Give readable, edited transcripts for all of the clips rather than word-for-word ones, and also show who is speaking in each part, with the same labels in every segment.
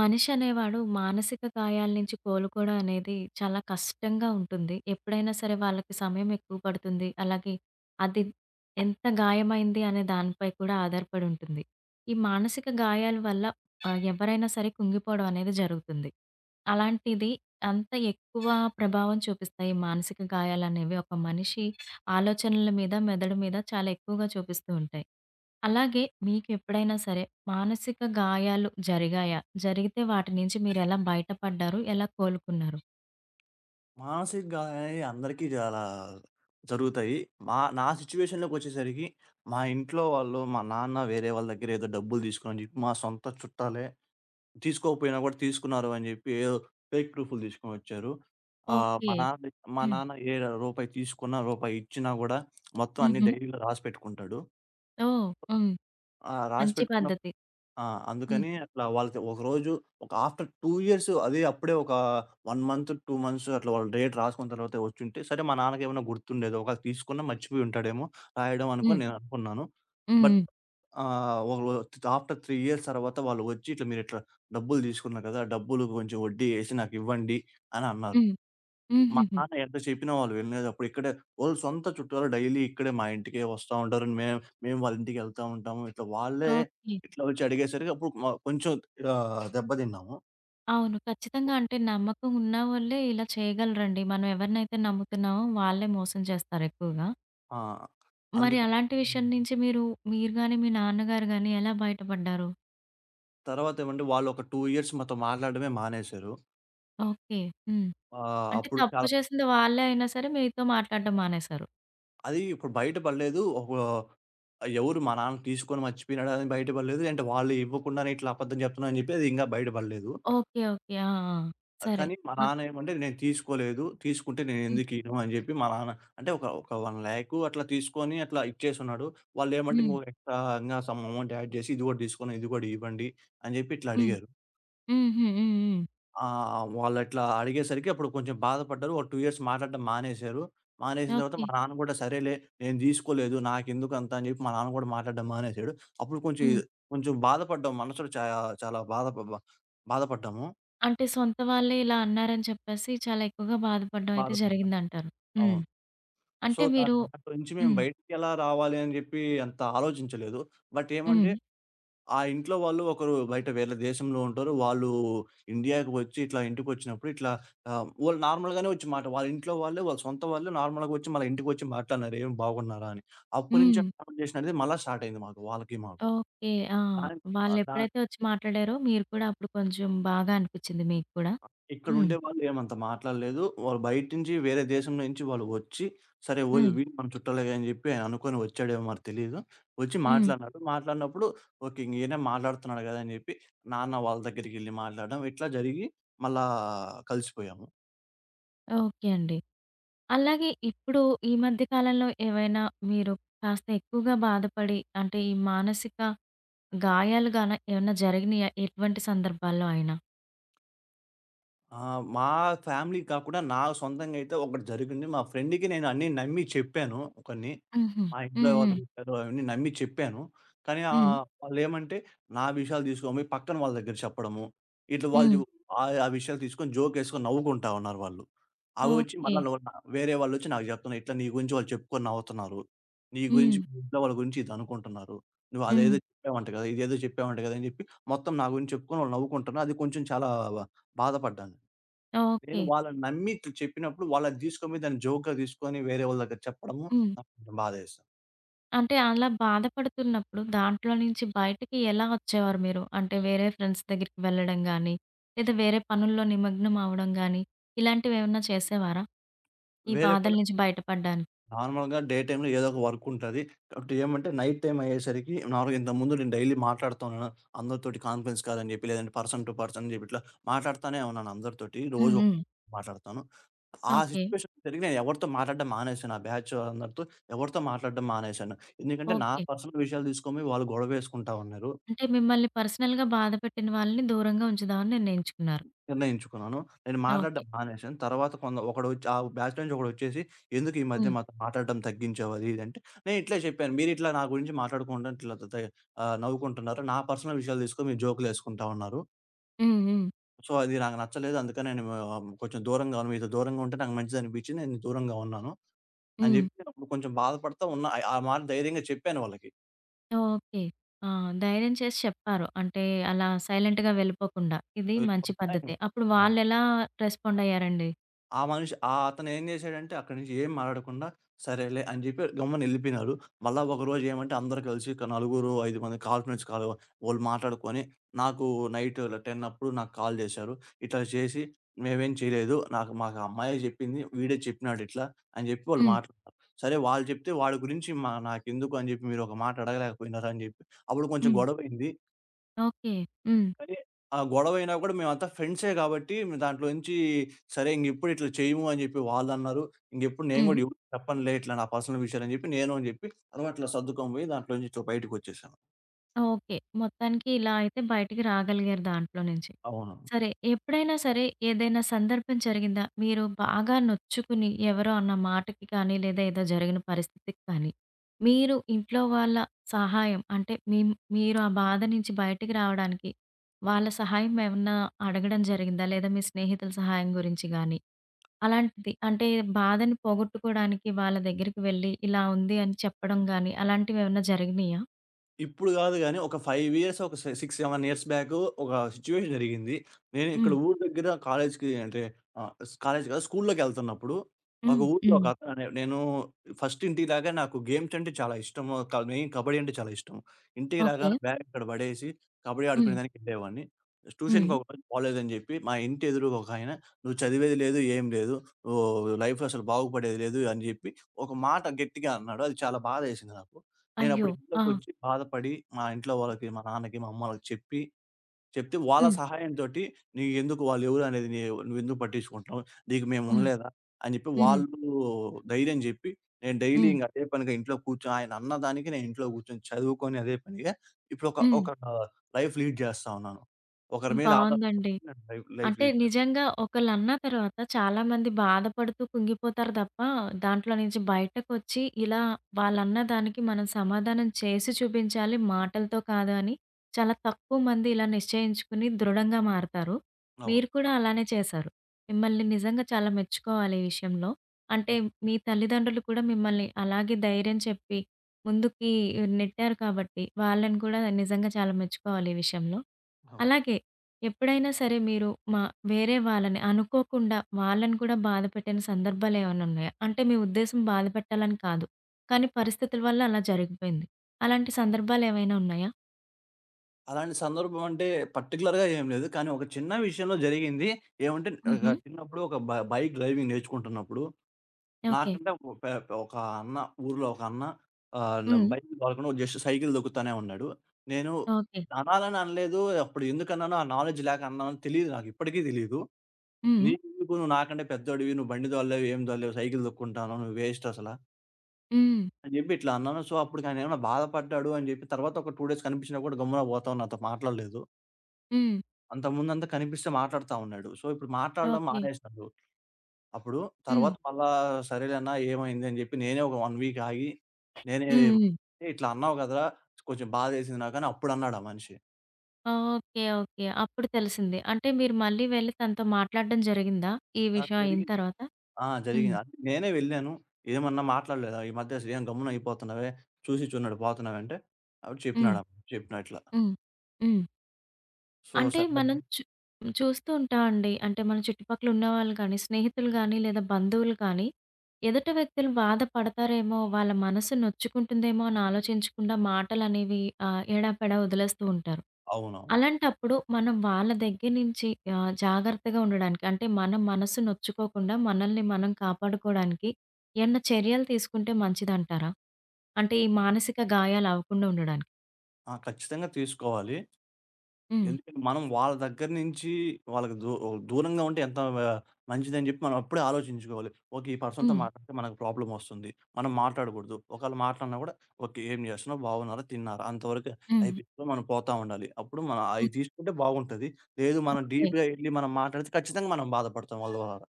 Speaker 1: మనిషి అనేవాడు మానసిక గాయాల నుంచి కోలుకోవడం అనేది చాలా కష్టంగా ఉంటుంది. ఎప్పుడైనా సరే వాళ్ళకి సమయం ఎక్కువ పడుతుంది. అలాగే అది ఎంత గాయమైంది అనే దానిపై కూడా ఆధారపడి ఉంటుంది. ఈ మానసిక గాయాల వల్ల ఎవరైనా సరే కుంగిపోవడం అనేది జరుగుతుంది. అలాంటిది అంత ఎక్కువ ప్రభావం చూపిస్తాయి మానసిక గాయాలనేవి. ఒక మనిషి ఆలోచనల మీద, మెదడు మీద చాలా ఎక్కువగా చూపిస్తూ ఉంటాయి. అలాగే మీకెప్పుడైనా సరే మానసిక గాయాలు జరిగాయా? జరిగితే వాటి నుంచి మీరెలా బయటపడ్డారు? ఎలా కోలుకున్నారు?
Speaker 2: మానసిక గాయాలనేవి అందరికీ చాలా జరుగుతాయి. నా సిట్యుయేషన్‌లోకొచ్చేసరికి మా ఇంట్లో వాళ్ళు, మా నాన్న వేరే వాళ్ళ దగ్గర ఏదో డబ్బులు తీసుకున్నారని చెప్పి, మా సొంత చుట్టాలే తీసుకోకపోయినా కూడా తీసుకున్నారు అని చెప్పి ఏదో ఫేక్ ప్రూఫ్‌లు తీసుకొనొచ్చారు. ఆహ్,
Speaker 1: ఓకే.
Speaker 2: మా నాన్న మా
Speaker 1: హ్మ్.
Speaker 2: నాన్న ఏ రూపాయి తీసుకున్నా, రూపాయి ఇచ్చినా గూడా మొత్తం అన్ని
Speaker 1: హుహు.
Speaker 2: డైరీలో రాసిపెట్టుకుంటాడు.
Speaker 1: ఓహ్! హ్మ్.
Speaker 2: ఆ
Speaker 1: మంచి
Speaker 2: రాసిపెట్టుకున్న
Speaker 1: పద్ధతి.
Speaker 2: ఆ!
Speaker 1: హ్మ్.
Speaker 2: అందుకని అట్లా వాళ్ళకి ఒకరోజు ఆఫ్టర్ 2 ఇయర్స్ అదే అప్పుడే ఒక 1 మంత్, 2 మంత్స్ అట్లా వాళ్ళు డేట్ రాసుకున్న తర్వాత వచ్చుంటే సరే మా నాన్నకేమైనా గుర్తుండేదో ఒకవేళ తీసుకున్నా మర్చిపోయి ఉంటాడేమో రాయడం
Speaker 1: హ్మ్.
Speaker 2: అనుకోని నేను అనుకున్నాను. బట్
Speaker 1: హ్మ్.
Speaker 2: ఒకరు ఆఫ్టర్ 3 ఇయర్స్ తర్వాత వాళ్ళు వచ్చి ఇట్లా మీరిట్లా డబ్బులు తీసుకున్నారు కదా! డబ్బులు కొంచెం వడ్డీ ఏసి నాకివ్వండి అని అన్నారు.
Speaker 1: హ్మ్. హ్మ్.
Speaker 2: మా
Speaker 1: హుహు.
Speaker 2: నాన్న ఎంత చెప్పినా వాళ్ళు వినలేదప్పుడు. ఇక్కడే వాళ్ళ సొంత చుట్టాలు డైలీ ఇక్కడే మా ఇంటికే వస్తా ఉంటారు. మేము మేము వాళ్ళ ఇంటికెళ్తా ఉంటాము.
Speaker 1: ఓకే.
Speaker 2: ఇట్లా వచ్చి అడిగేసరికి అప్పుడు కొంచెం దెబ్బతిన్నాము.
Speaker 1: అవును. ఖచ్చితంగా అంటే నమ్మకం ఉన్నవాళ్ళే ఇలా చేయగలరండి. మనం ఎవరినైతే నమ్ముతున్నామో వాళ్ళే మోసం చేస్తారు ఎక్కువగా.
Speaker 2: ఆ!
Speaker 1: మరి
Speaker 2: అందుకని
Speaker 1: అలాంటి విషయం నుంచి మీరు గాని, మీ నాన్నగారు గాని ఎలా బయటపడ్డారు?
Speaker 2: తర్వాతేమంటే వాళ్ళు ఒక 2 ఇయర్స్ మాతో మాట్లాడడమే మానేశారు.
Speaker 1: ఓకే. హ్మ్.
Speaker 2: ఆహ్,
Speaker 1: అంటే
Speaker 2: అప్పుడు
Speaker 1: తప్పు
Speaker 2: చాలా
Speaker 1: చేసింది వాళ్ళే అయినా సరే మీతో మాట్లాడడం మానేశారు.
Speaker 2: అది ఇప్పుడు బయట పడలేదు. ఎవరు మా నాన్న తీసుకొని మర్చిపోయినాడని బయట పడలేదు. అంటే వాళ్ళు ఇవ్వకుండానే ఇట్లా అబద్ధం చెప్తున్నానని చెప్పి అది ఇంకా బయట పడలేదు.
Speaker 1: ఓకే. ఓకే. ఆ! ఆ!
Speaker 2: ఆ!
Speaker 1: సరే.
Speaker 2: కానీ మా
Speaker 1: అత్
Speaker 2: నాన్న ఏమంటే నేను తీసుకోలేదు. తీసుకుంటే
Speaker 1: హ్మ్.
Speaker 2: నేనెందుకు ఇయ్యను అని జెప్పి మా నాన్న అంటే ఒక ఒక 1,00,000 అట్లా తీసుకొని అట్లా ఇచ్చేసున్నాడు. వాళ్ళేమంటే
Speaker 1: హ్మ్.
Speaker 2: ఇంకో ఎక్స్‌ట్రా ఇంగా సమ్ అమౌంట్ యాడ్ జేసి ఇది గూడా తీసుకొని ఇది గూడా ఇవ్వండి అని జెప్పి ఇట్లా
Speaker 1: హ్మ్.
Speaker 2: అడిగారు.
Speaker 1: హ్మ్. హ్మ్. హ్మ్. హ్మ్.
Speaker 2: ఆ! వాళ్ళట్లా అడిగేసరికి అప్పుడు కొంచెం బాధపడ్డారు. ఒక 2 ఇయర్స్ మాట్లాడడం మానేశారు. మానేసిన తర్వాత
Speaker 1: ఓకే.
Speaker 2: మా నాన్న గూడా సరేలే నేను తీసుకోలేదు. నాకెందుకంత అని జెప్పి మా నాన్న గూడా మాట్లాడడం మానేశాడు. అప్పుడు
Speaker 1: హ్మ్.
Speaker 2: కొంచెం బాధపడ్డాం. మనసులో చాలా బాధపడ్డాము.
Speaker 1: అంటే సొంత వాళ్ళే ఇలా అన్నారని చెప్పేసి చాలా ఎక్కువగా బాధపడడం అయితే
Speaker 2: బాధపడ్డాం.
Speaker 1: జరిగిందంటారు. హ్మ్.
Speaker 2: అవును. సో,
Speaker 1: అంటే
Speaker 2: దా
Speaker 1: మీరు
Speaker 2: దాంట్లో నుంచి మేము
Speaker 1: హ్మ్.
Speaker 2: బయటికి ఎలా రావాలి అని జెప్పి అంత ఆలోచించలేదు. బట్ ఏమంటే,
Speaker 1: హ్మ్.
Speaker 2: ఆ ఇంట్లో వాళ్ళు ఒకరు బయట వేరే దేశంలో ఉంటారు. వాళ్ళు ఇండియాకి వచ్చి ఇట్లా ఇంటికొచ్చినప్పుడు ఇట్లా ఆహ్, వాళ్ళు నార్మల్‌గానే వచ్చి మాట వాళ్ళ ఇంట్లో వాళ్ళే, వాళ్ళ సొంత వాళ్ళే నార్మల్‌గా వచ్చి మన ఇంటికొచ్చి మాట్లాడినారు. "ఏం బాగున్నారా?" అని. అప్పటి నుంచి
Speaker 1: హ్మ్.
Speaker 2: ఆ కాన్వర్జేషన్ అనేది మళ్ళా స్టార్ట్ అయింది మాకు వాళ్ళకి మాకు.
Speaker 1: ఓకే. ఆ!
Speaker 2: దానికి ఆహ్, దా
Speaker 1: వాళ్ళెప్పుడైతే వచ్చి మాట్లాడారో మీరు కూడా అప్పుడు కొంచెం బాగా అనిపిచ్చింది మీకు కూడా. హ్మ్.
Speaker 2: ఇక్కడుండే వాళ్ళు ఏమంత మాట్లాడలేదు. వాళ్ళు బయట నుంచి వేరే దేశం నుంచి వాళ్ళు వచ్చి, సరే ఓయ్
Speaker 1: హ్మ్.
Speaker 2: వీళ్ళు మన చుట్టాలేగా అని చెప్పి ఆయన అనుకోని వచ్చాడేమో మరి తెలీదు. వచ్చి
Speaker 1: హ్మ్.
Speaker 2: మాట్లాడినారు. మాట్లాడినప్పుడు ఓకే. ఈయనే మాట్లాడుతున్నాడు కదా! అని చెప్పి నాన్న వాళ్ళ దగ్గరికెళ్ళి మాట్లాడడం ఇట్లా జరిగి మళ్ళా కలిసిపోయాము.
Speaker 1: ఓకే అండి. అలాగే ఇప్పుడు ఈ మధ్య కాలంలో ఏవైనా మీరు కాస్త ఎక్కువగా బాధపడి అంటే ఈ మానసిక గాయాలు గాన ఏమన్నా జరిగినాయా? ఎటువంటి సందర్భాల్లో అయినా?
Speaker 2: ఆ! మా ఫ్యామిలీ కాకుండా నా సొంతంగా అయితే ఒకటి జరిగింది. మా ఫ్రెండ్‌కి నేను అన్నీ నమ్మి చెప్పాను కొన్ని.
Speaker 1: హుహు.
Speaker 2: మా ఇంట్లో
Speaker 1: హ్మ్.
Speaker 2: వాళ్ళు
Speaker 1: హ్మ్.
Speaker 2: చెప్పారు అవన్నీ నమ్మి చెప్పాను. కానీ
Speaker 1: హ్మ్.
Speaker 2: వాళ్ళేమంటే నా విషయాలు తీసుకోపోయి పక్కన వాళ్ళ దగ్గర చెప్పడము. ఇట్లా వాళ్ళు
Speaker 1: హ్మ్.
Speaker 2: ఆ ఆ విషయాలు తీసుకొని జోకేసుకొని నవ్వుకుంటా ఉన్నారు వాళ్ళు. అవొచ్చి
Speaker 1: ఓకే.
Speaker 2: మళ్ళా నువ్వు నా వేరే వాళ్ళొచ్చి నాకు చెప్తున్నారు. ఇట్లా నీ గురించి వాళ్ళు చెప్పుకొని నవ్వుతున్నారు. నీ గురించి
Speaker 1: హ్మ్.
Speaker 2: మీ ఇంట్లో వాళ్ళ గురించి ఇది అనుకుంటున్నారు. నువ్వు
Speaker 1: హ్మ్.
Speaker 2: అదేదో చెప్పావంట కదా! ఇదేదో చెప్పావంట కదా! అని చెప్పి మొత్తం నా గురించి చెప్పుకొని వాళ్ళు నవ్వుకుంటున్నారు. అది కొంచెం చాలా బ బాధపడ్డాను. నేను
Speaker 1: ఓకే.
Speaker 2: వాళ్ళని నమ్మి ఇట్లా చెప్పినప్పుడు వాళ్ళది తీసుకొని దాన్ని జోక్‌గా తీసుకొని వేరే వాళ్ళ దగ్గర చెప్పడము
Speaker 1: హ్మ్.
Speaker 2: నాకు కొంచెం బాధేస్తది.
Speaker 1: అంటే అలా బాధపడుతున్నప్పుడు దాంట్లో నుంచి బయటకి ఎలా వచ్చేవారు మీరు? అంటే వేరే ఫ్రెండ్స్ దగ్గరికి వెళ్ళడం గాని, లేదా వేరే పనుల్లో నిమగ్నం అవ్వడం గాని, ఇలాంటివేమన్నా చేసేవారా? ఈ
Speaker 2: వేరే
Speaker 1: బాధల
Speaker 2: పని
Speaker 1: నుంచి బయటపడడానికి?
Speaker 2: నార్మల్‌గా డే టైమ్‌లో ఏదో ఒక వర్క్ ఉంటది. కాబట్టి ఏమంటే నైట్ టైమ్ అయ్యేసరికి నార్మల్‌గా ఇంతకుముందు నేను డైలీ మాట్లాడుతూ ఉన్నాను. అందరితోటి కాన్ఫరెన్స్ కాల్ అని చెప్పి లేదంటే పర్సన్ టు పర్సన్ అని చెప్పి ఇట్లా మాట్లాడుతానే ఉన్నాను అందరితోటి.
Speaker 1: హ్మ్.
Speaker 2: రోజు
Speaker 1: హ్మ్.
Speaker 2: మాట్లాడతాను. ఆ
Speaker 1: ఓకే.
Speaker 2: సిట్యుయేషన్ జరిగి నేను ఎవరితో మాట్లాడడం మానేశాను. ఆ బ్యాచ్ అందరితో ఎవరితో మాట్లాడడం మానేశాను. ఎందుకంటే నా
Speaker 1: ఓకే.
Speaker 2: పర్సనల్ విషయాలు తీసుకొని వాళ్ళు గొడవేసుకుంటా ఉన్నారు.
Speaker 1: అంటే మిమ్మల్ని పర్సనల్‌గా బాధపెట్టిన వాళ్ళని దూరంగా ఉంచుదామని నిర్ణయించుకున్నారు.
Speaker 2: నిర్ణయించుకున్నాను. నేను
Speaker 1: ఓకే.
Speaker 2: మాట్లాడడం మానేశాను. తర్వాత ఒకడొచ్చి ఆ బ్యాచ్ నుంచి ఒకడొచ్చేసి, "ఎందుకు ఈ మధ్య
Speaker 1: హ్మ్.
Speaker 2: మాతో మాట్లాడడం తగ్గించావు?" అది ఇది అంటే, నేను ఇట్లే చెప్పాను. మీరిట్లా నా గురించి మాట్లాడుకుంటూ ఇట్లా త త ఆహ్, నవ్వుకుంటున్నారు. నా పర్సనల్ విషయాలు తీసుకొని మీరు జోకులేసుకుంటా ఉన్నారు.
Speaker 1: హ్మ్. హ్మ్.
Speaker 2: సో, అది నాకు నచ్చలేదు. అందుకని నేను కొంచెం దూరంగా ఉన్నాను. మీతో దూరంగా ఉంటే నాకు మంచిదనిపిచ్చి నేను దూరంగా ఉన్నాను అని
Speaker 1: హ్మ్.
Speaker 2: చెప్పి అప్పుడు కొంచెం బాధపడతా ఉన్నా. ఆ ఆ మాట ధైర్యంగా చెప్పాను
Speaker 1: ఓకే. ఆ! ధైర్యం చేసి చెప్పారు. అంటే అలా సైలెంట్‌గా వెళ్ళిపోకుండా. ఇది మంచి
Speaker 2: వాళ్ళకి.
Speaker 1: పద్ధతే. అప్పుడు వాళ్ళెలా రెస్పాండ్ అయ్యారండి?
Speaker 2: ఆ మనిషి అతనేం జేశాడంటే అక్కడి నుంచి ఏం మాట్లాడకుండా సరేలే అని జెప్పి గమ్మున ఎళ్ళిపోయినారు. మళ్ళా ఒకరోజు ఏమంటే అందరూ కలిసి ఒక నలుగురు, 5 మంది కాన్ఫరెన్స్ కాల్ వాళ్ళు మాట్లాడుకొని నాకు నైట్ ఇలా 10 అప్పుడు నాకు కాల్ జేశారు. ఇట్లా చేసి మేమేం చేయలేదు. నాకు మాకు ఆ అమ్మాయే జెప్పింది. వీడే చెప్పినాడు ఇట్లా అని జెప్పి వాళ్ళు
Speaker 1: హ్మ్.
Speaker 2: మాట్లాడుకున్నారు. సరే వాళ్ళు చెప్తే వాడి గురించి మా నాకెందుకు అని జెప్పి మీరొక మాట అడగలేకపోయినారు అని జెప్పి అప్పుడు కొంచెం
Speaker 1: హ్మ్.
Speaker 2: గొడవైంది.
Speaker 1: ఓకే. హ్మ్.
Speaker 2: కానీ ఆ గొడవైనా గూడా మేమంతా ఫ్రెండ్సే గాబట్టి, మేము దాంట్లో నుంచి సరే ఇంగిప్పుడు ఇట్లా చేయము అని జెప్పి వాళ్ళన్నారు. ఇంగెప్పుడు నేను
Speaker 1: హ్మ్.
Speaker 2: గూడా ఎవరికీ చెప్పనులే ఇట్లా నా పర్సనల్ విషయాలని జెప్పి, నేను అని జెప్పి అలవాట్ల సర్దుకొని బోయి దాంట్లో నుంచి ఇట్లా బయటికొచ్చేసాను.
Speaker 1: ఓకే. మొత్తానికి ఇలా అయితే బయటికి రాగలిగారు దాంట్లో నుంచి.
Speaker 2: అవును.
Speaker 1: సరే. ఎప్పుడైనా సరే ఏదైనా సందర్భం జరిగిందా? మీరు బాగా నొచ్చుకుని ఎవరో అన్న మాటకి కానీ, లేదా ఏదో జరిగిన పరిస్థితికి కానీ, మీరు ఇంట్లో వాళ్ళ సహాయం అంటే మీరు ఆ బాధ నుంచి బయటికి రావడానికి వాళ్ళ సహాయం ఏమన్నా అడగడం జరిగిందా? లేదా మీ స్నేహితుల సహాయం గురించి గానీ, అలాంటిది అంటే బాధని పోగొట్టుకోవడానికి వాళ్ళ దగ్గరికి వెళ్లి ఇలా ఉంది అని చెప్పడం గానీ, అలాంటివేమన్నా జరిగినియా?
Speaker 2: ఇప్పుడు గాదు గానీ, ఒక 5 ఇయర్స్, ఒక సె 6, 7 ఇయర్స్ బ్యాక్ ఒక సిట్యుయేషన్ జరిగింది. నేను ఇక్కడ
Speaker 1: హ్మ్.
Speaker 2: ఊరు దగ్గర కాలేజ్‌కి అంటే ఆహ్, కాలేజ్ కాదు స్కూల్‌లోకెళ్తున్నప్పుడు, ఒక
Speaker 1: హ్మ్.
Speaker 2: ఊర్లో ఒక
Speaker 1: హ్మ్.
Speaker 2: అతను అనే నేను ఫస్ట్ ఇంటికి రాగానే నాకు గేమ్స్ అంటే చాలా ఇష్టము. మెయిన్ కబడ్డీ అంటే చాలా ఇష్టం. ఇంటికి
Speaker 1: ఓకే.
Speaker 2: రాగానే బ్యాగ్ ఇక్కడ పడేసి కబడ్డీ
Speaker 1: హ్మ్.
Speaker 2: ఆడుకునేదానికి వెళ్ళేవాడిని. ట్యూషన్‌కి
Speaker 1: హ్మ్.
Speaker 2: ఒకరోజు పోలేదని జెప్పి, మా ఇంటి ఎదురుగా ఒకాయన "నువ్వు చదివేది లేదు, ఏం లేదు. నువ్వు లైఫ్‌లో అసలు బాగుపడేది లేదు" అని జెప్పి ఒక మాట గట్టిగా అన్నాడు. అది చాలా బాధేసింది నాకు. నేనప్పుడు
Speaker 1: అయ్యో! ఆ!
Speaker 2: ఇంట్లోకొచ్చి బాధపడి, మా ఇంట్లో వాళ్ళకి, మా నాన్నకి, మా అమ్మ వాళ్ళకి చెప్పి, చెప్తే వాళ్ళ
Speaker 1: హ్మ్.
Speaker 2: సహాయంతోటి నీకెందుకు వాళ్ళెవరు అనేది నీ నువ్వెందుకు పట్టించుకుంటున్నావు? నీకు
Speaker 1: హ్మ్.
Speaker 2: మేముండలేదా? అని చెప్పి
Speaker 1: హ్మ్.
Speaker 2: వాళ్ళు ధైర్యం చెప్పి, నేను డైలీ
Speaker 1: హ్మ్.
Speaker 2: ఇంక అదే పనిగా ఇంట్లో కూర్చొని ఆయన అన్నదానికి నేను ఇంట్లో కూర్చొని చదువుకొని అదే పనిగా ఇప్పుడు ఒక
Speaker 1: హ్మ్.
Speaker 2: ఒక లైఫ్ లీడ్ జేస్తా ఉన్నాను. ఒకరి మీద
Speaker 1: బావుందండి.
Speaker 2: ఆధారపడకుండా నేను లైఫ్ లైఫ్
Speaker 1: అంటే
Speaker 2: లీడ్ చేస్తున్నాను.
Speaker 1: నిజంగా ఒకళ్ళన్న తర్వాత చాలా మంది బాధపడుతూ కుంగిపోతారు తప్ప, దాంట్లో నుంచి బయటకొచ్చి ఇలా వాళ్ళన్న దానికి మనం సమాధానం చేసి చూపించాలి మాటలతో కాదు అని, చాలా తక్కువ మంది ఇలా నిశ్చయించుకుని దృఢంగా మారతారు.
Speaker 2: అవును.
Speaker 1: మీరు కూడా అలానే చేశారు. మిమ్మల్ని నిజంగా చాలా మెచ్చుకోవాలి ఈ విషయంలో. అంటే
Speaker 2: హ్మ్.
Speaker 1: మీ తల్లిదండ్రులు కూడా మిమ్మల్ని అలాగే ధైర్యం చెప్పి ముందుకి నెట్టారు కాబట్టి, వాళ్ళని కూడా నిజంగా చాలా మెచ్చుకోవాలి ఈ విషయంలో.
Speaker 2: అవును.
Speaker 1: అలాగే ఎప్పుడైనా సరే మీరు మా వేరే వాళ్ళని అనుకోకుండా వాళ్ళని కూడా బాధపెట్టిన సందర్భాలేమన్నా ఉన్నాయా? అంటే మీ ఉద్దేశ్యం బాధ పెట్టాలని కాదు. కానీ పరిస్థితుల వల్ల అలా జరిగిపోయింది. అలాంటి సందర్భాలేవైనా ఉన్నాయా?
Speaker 2: అలాంటి సందర్భం అంటే పర్టిక్యులర్‌గా ఏం లేదు. కానీ ఒక చిన్న విషయంలో జరిగింది. ఏమంటే
Speaker 1: హుహు.
Speaker 2: చిన్నప్పుడు ఒక బైక్ డ్రైవింగ్ నేర్చుకుంటున్నప్పుడు
Speaker 1: ఓకే.
Speaker 2: నాకంటే ఒక పె పె- ఒక అన్న ఊర్లో ఒక అన్న ఆహ్,
Speaker 1: హ్మ్.
Speaker 2: బైక్ తోలకుండా జస్ట్ సైకిల్ తొక్కుతానే ఉన్నాడు. నేను
Speaker 1: ఓకే.
Speaker 2: అనాలని అనలేదు. అప్పుడు ఎందుకన్నానో ఆ నాలెడ్జ్ లేక అన్నానో తెలీదు నాకు. ఇప్పటికీ తెలీదు.
Speaker 1: హ్మ్.
Speaker 2: "నీకెందుకు నువ్వు నాకంటే పెద్దోడివి. నువ్వు బండి తోలలేవు, ఏం తోలలేవు. సైకిల్ తొక్కుంటున్నావు. నువ్వు వేస్ట్ అసలా"
Speaker 1: హ్మ్.
Speaker 2: అని చెప్పి ఇట్లా అన్నాను. సో, అప్పటికి ఆయన ఏమైనా బాధపడ్డాడు అని చెప్పి తర్వాత ఒక 2 డేస్ కనిపించినా కూడా గమ్మున పోతా ఉన్నాడు. నాతో మాట్లాడలేదు.
Speaker 1: హ్మ్.
Speaker 2: అంతకుముందంతా కనిపిస్తే మాట్లాడుతా ఉన్నాడు. సో, ఇప్పుడు మాట్లాడడం
Speaker 1: ఓకే.
Speaker 2: మానేసాడు. అప్పుడు
Speaker 1: హ్మ్.
Speaker 2: తర్వాత మళ్ళా సరేలే అన్నా ఏమైంది అని జెప్పి నేనే ఒక 1 వీక్ ఆగి, నేనే
Speaker 1: హ్మ్. హ్మ్.
Speaker 2: "ఇట్లా అన్నావు గదరా! కొంచెం బాధేసింది నాకు" అని అప్పుడన్నాడు ఆ మనిషి.
Speaker 1: ఓకే. ఓకే. అప్పుడు తెలిసింది. అంటే మీరు మళ్ళీ వెళ్లి తనతో మాట్లాడడం జరిగిందా? ఈ
Speaker 2: ఆ!
Speaker 1: విషయం అయిన
Speaker 2: జరిగింది.
Speaker 1: తర్వాత?
Speaker 2: ఆ!
Speaker 1: హ్మ్.
Speaker 2: జరిగింది. అంటే నేనే వెళ్ళాను. "ఏమన్నా మాట్లాడలేదా? ఈ మధ్య అసలు ఏం గమ్మున అయిపోతున్నావే, చూసిచ్చున్నాడు పోతున్నావంటే" అప్పుడు
Speaker 1: హ్మ్.
Speaker 2: చెప్పినాడు ఆ మనిషి చెప్పినా ఇట్లా.
Speaker 1: హ్మ్. హ్మ్.
Speaker 2: సో,
Speaker 1: అంటే
Speaker 2: సర్లే
Speaker 1: మనం చు చూస్తూ ఉంటామండి. అంటే మన చుట్టుపక్కల ఉన్నవాళ్ళు గానీ, స్నేహితులు గానీ, లేదా బంధువులు కానీ, ఎదుట వ్యక్తులు బాధపడతారేమో, వాళ్ళ మనసు నొచ్చుకుంటుందేమో అని ఆలోచించకుండా మాటలనేవి ఏడాపెడా వదిలేస్తూ ఉంటారు.
Speaker 2: అవునవును.
Speaker 1: అలాంటప్పుడు మనం వాళ్ళ దగ్గర నుంచి జాగ్రత్తగా ఉండడానికి అంటే మన మనసు నొచ్చుకోకుండా మనల్ని మనం కాపాడుకోవడానికి ఏమన్నా చర్యలు తీసుకుంటే మంచిదంటారా? అంటే ఈ మానసిక గాయాలు అవ్వకుండా ఉండడానికి?
Speaker 2: ఆ! ఖచ్చితంగా తీసుకోవాలి.
Speaker 1: హ్మ్.
Speaker 2: ఎందుకంటే మనం వాళ్ళ దగ్గర నుంచి వాళ్ళకి దూ దూరంగా ఉంటే మంచిదని చెప్పి మనం అప్పుడే ఆలోచించుకోవాలి. ఓకే. ఈ పర్సన్‌తో
Speaker 1: హ్మ్.
Speaker 2: మాట్లాడితే మనకు ప్రాబ్లమ్ వస్తుంది. మనం మాట్లాడకూడదు. ఒకవేళ మాట్లాడినా కూడా ఓకే. ఏం చేస్తున్నావు? బాగున్నారా? తిన్నారా? అంతవరకు
Speaker 1: హ్మ్.
Speaker 2: అయిపోయింది. మనం పోతా ఉండాలి. అప్పుడు మనం అయి
Speaker 1: హ్మ్.
Speaker 2: తీసుకుంటే బాగుంటది. లేదు మనం
Speaker 1: ఓకే.
Speaker 2: డీప్‌గా ఎళ్లి మనం మాట్లాడితే ఖచ్చితంగా మనం బాధపడతాం వాళ్ళ ద్వారా.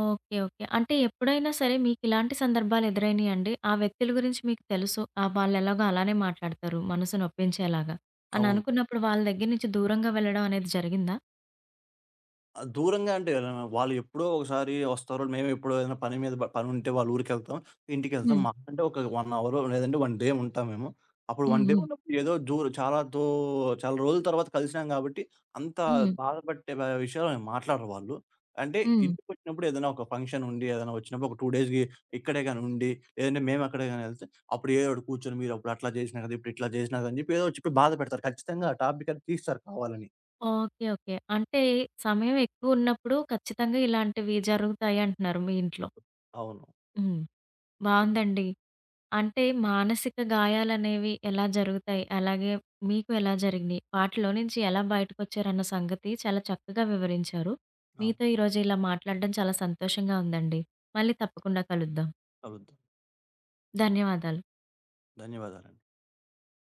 Speaker 1: ఓకే. ఓకే. అంటే ఎప్పుడైనా సరే మీకిలాంటి సందర్భాలు ఎదురైనయండి? ఆ వ్యక్తుల గురించి మీకు తెలుసు. ఆ వాళ్ళెలాగో అలానే మాట్లాడతారు మనసు నొప్పించేలాగా అని
Speaker 2: అవును.
Speaker 1: అనుకున్నప్పుడు వాళ్ళ దగ్గర నుంచి దూరంగా వెళ్ళడం అనేది జరిగిందా?
Speaker 2: ఆ! దూరంగా అంటే ఎలాన వాళ్ళు ఎప్పుడో ఒకసారి వస్తారు. మేము ఎప్పుడో ఏదైనా పని మీద పనుంటే వాళ్ళ ఊరికెళ్తాం. ఇంటికెళ్తాం.
Speaker 1: హ్మ్.
Speaker 2: మహా అంటే ఒక 1 అవరో లేదంటే 1 డే ఉంటాం మేము. అప్పుడు 1
Speaker 1: హ్మ్.
Speaker 2: డే
Speaker 1: హ్మ్.
Speaker 2: ఉన్నప్పుడు ఏదో దూర చాలా దో చాలా రోజుల తర్వాత కలిసినాం కాబట్టి అంత
Speaker 1: హ్మ్.
Speaker 2: బాధపట్టే విషయాలు మాట్లాడరు వాళ్ళు. అంటే
Speaker 1: హ్మ్.
Speaker 2: ఇంటికొచ్చినప్పుడు ఏదైనా ఒక ఫంక్షన్ ఉండి, ఏదైనా వచ్చినప్పుడు ఒక 2 డేస్‌కి ఇక్కడే గాని ఉండి, లేదంటే మేము అక్కడే గాని ఎళ్తే అప్పుడు ఏదో ఒకటి కూర్చొని మీరు అప్పుడు అట్లా చేసినా కదా! ఇప్పుడు ఇట్లా చేసినా కదా! అని చెప్పి ఏదో ఒకటి చెప్పి బాధ పెడతారు. ఖచ్చితంగా ఆ టాపిక్ అది తీస్తారు కావాలని.
Speaker 1: ఓకే. ఓకే. అంటే సమయం ఎక్కువున్నప్పుడు ఖచ్చితంగా ఇలాంటివి జరుగుతాయి అంటున్నారు మీ ఇంట్లో.
Speaker 2: అవును.
Speaker 1: హ్మ్.
Speaker 2: అవును.
Speaker 1: బావుందండి. అంటే మానసిక గాయాలనేవి ఎలా జరుగుతాయి? అలాగే మీకు ఎలా జరిగినియి? వాటిలో నుంచి ఎలా బయటకొచ్చారన్న సంగతి చాలా చక్కగా వివరించారు.
Speaker 2: ఆ!
Speaker 1: మీతో ఈరోజు ఇలా మాట్లాడడం చాలా సంతోషంగా ఉందండి. మళ్ళీ తప్పకుండా కలుద్దాం.
Speaker 2: కలుద్దాం.
Speaker 1: ధన్యవాదాలు.
Speaker 2: ధన్యవాదాలండి.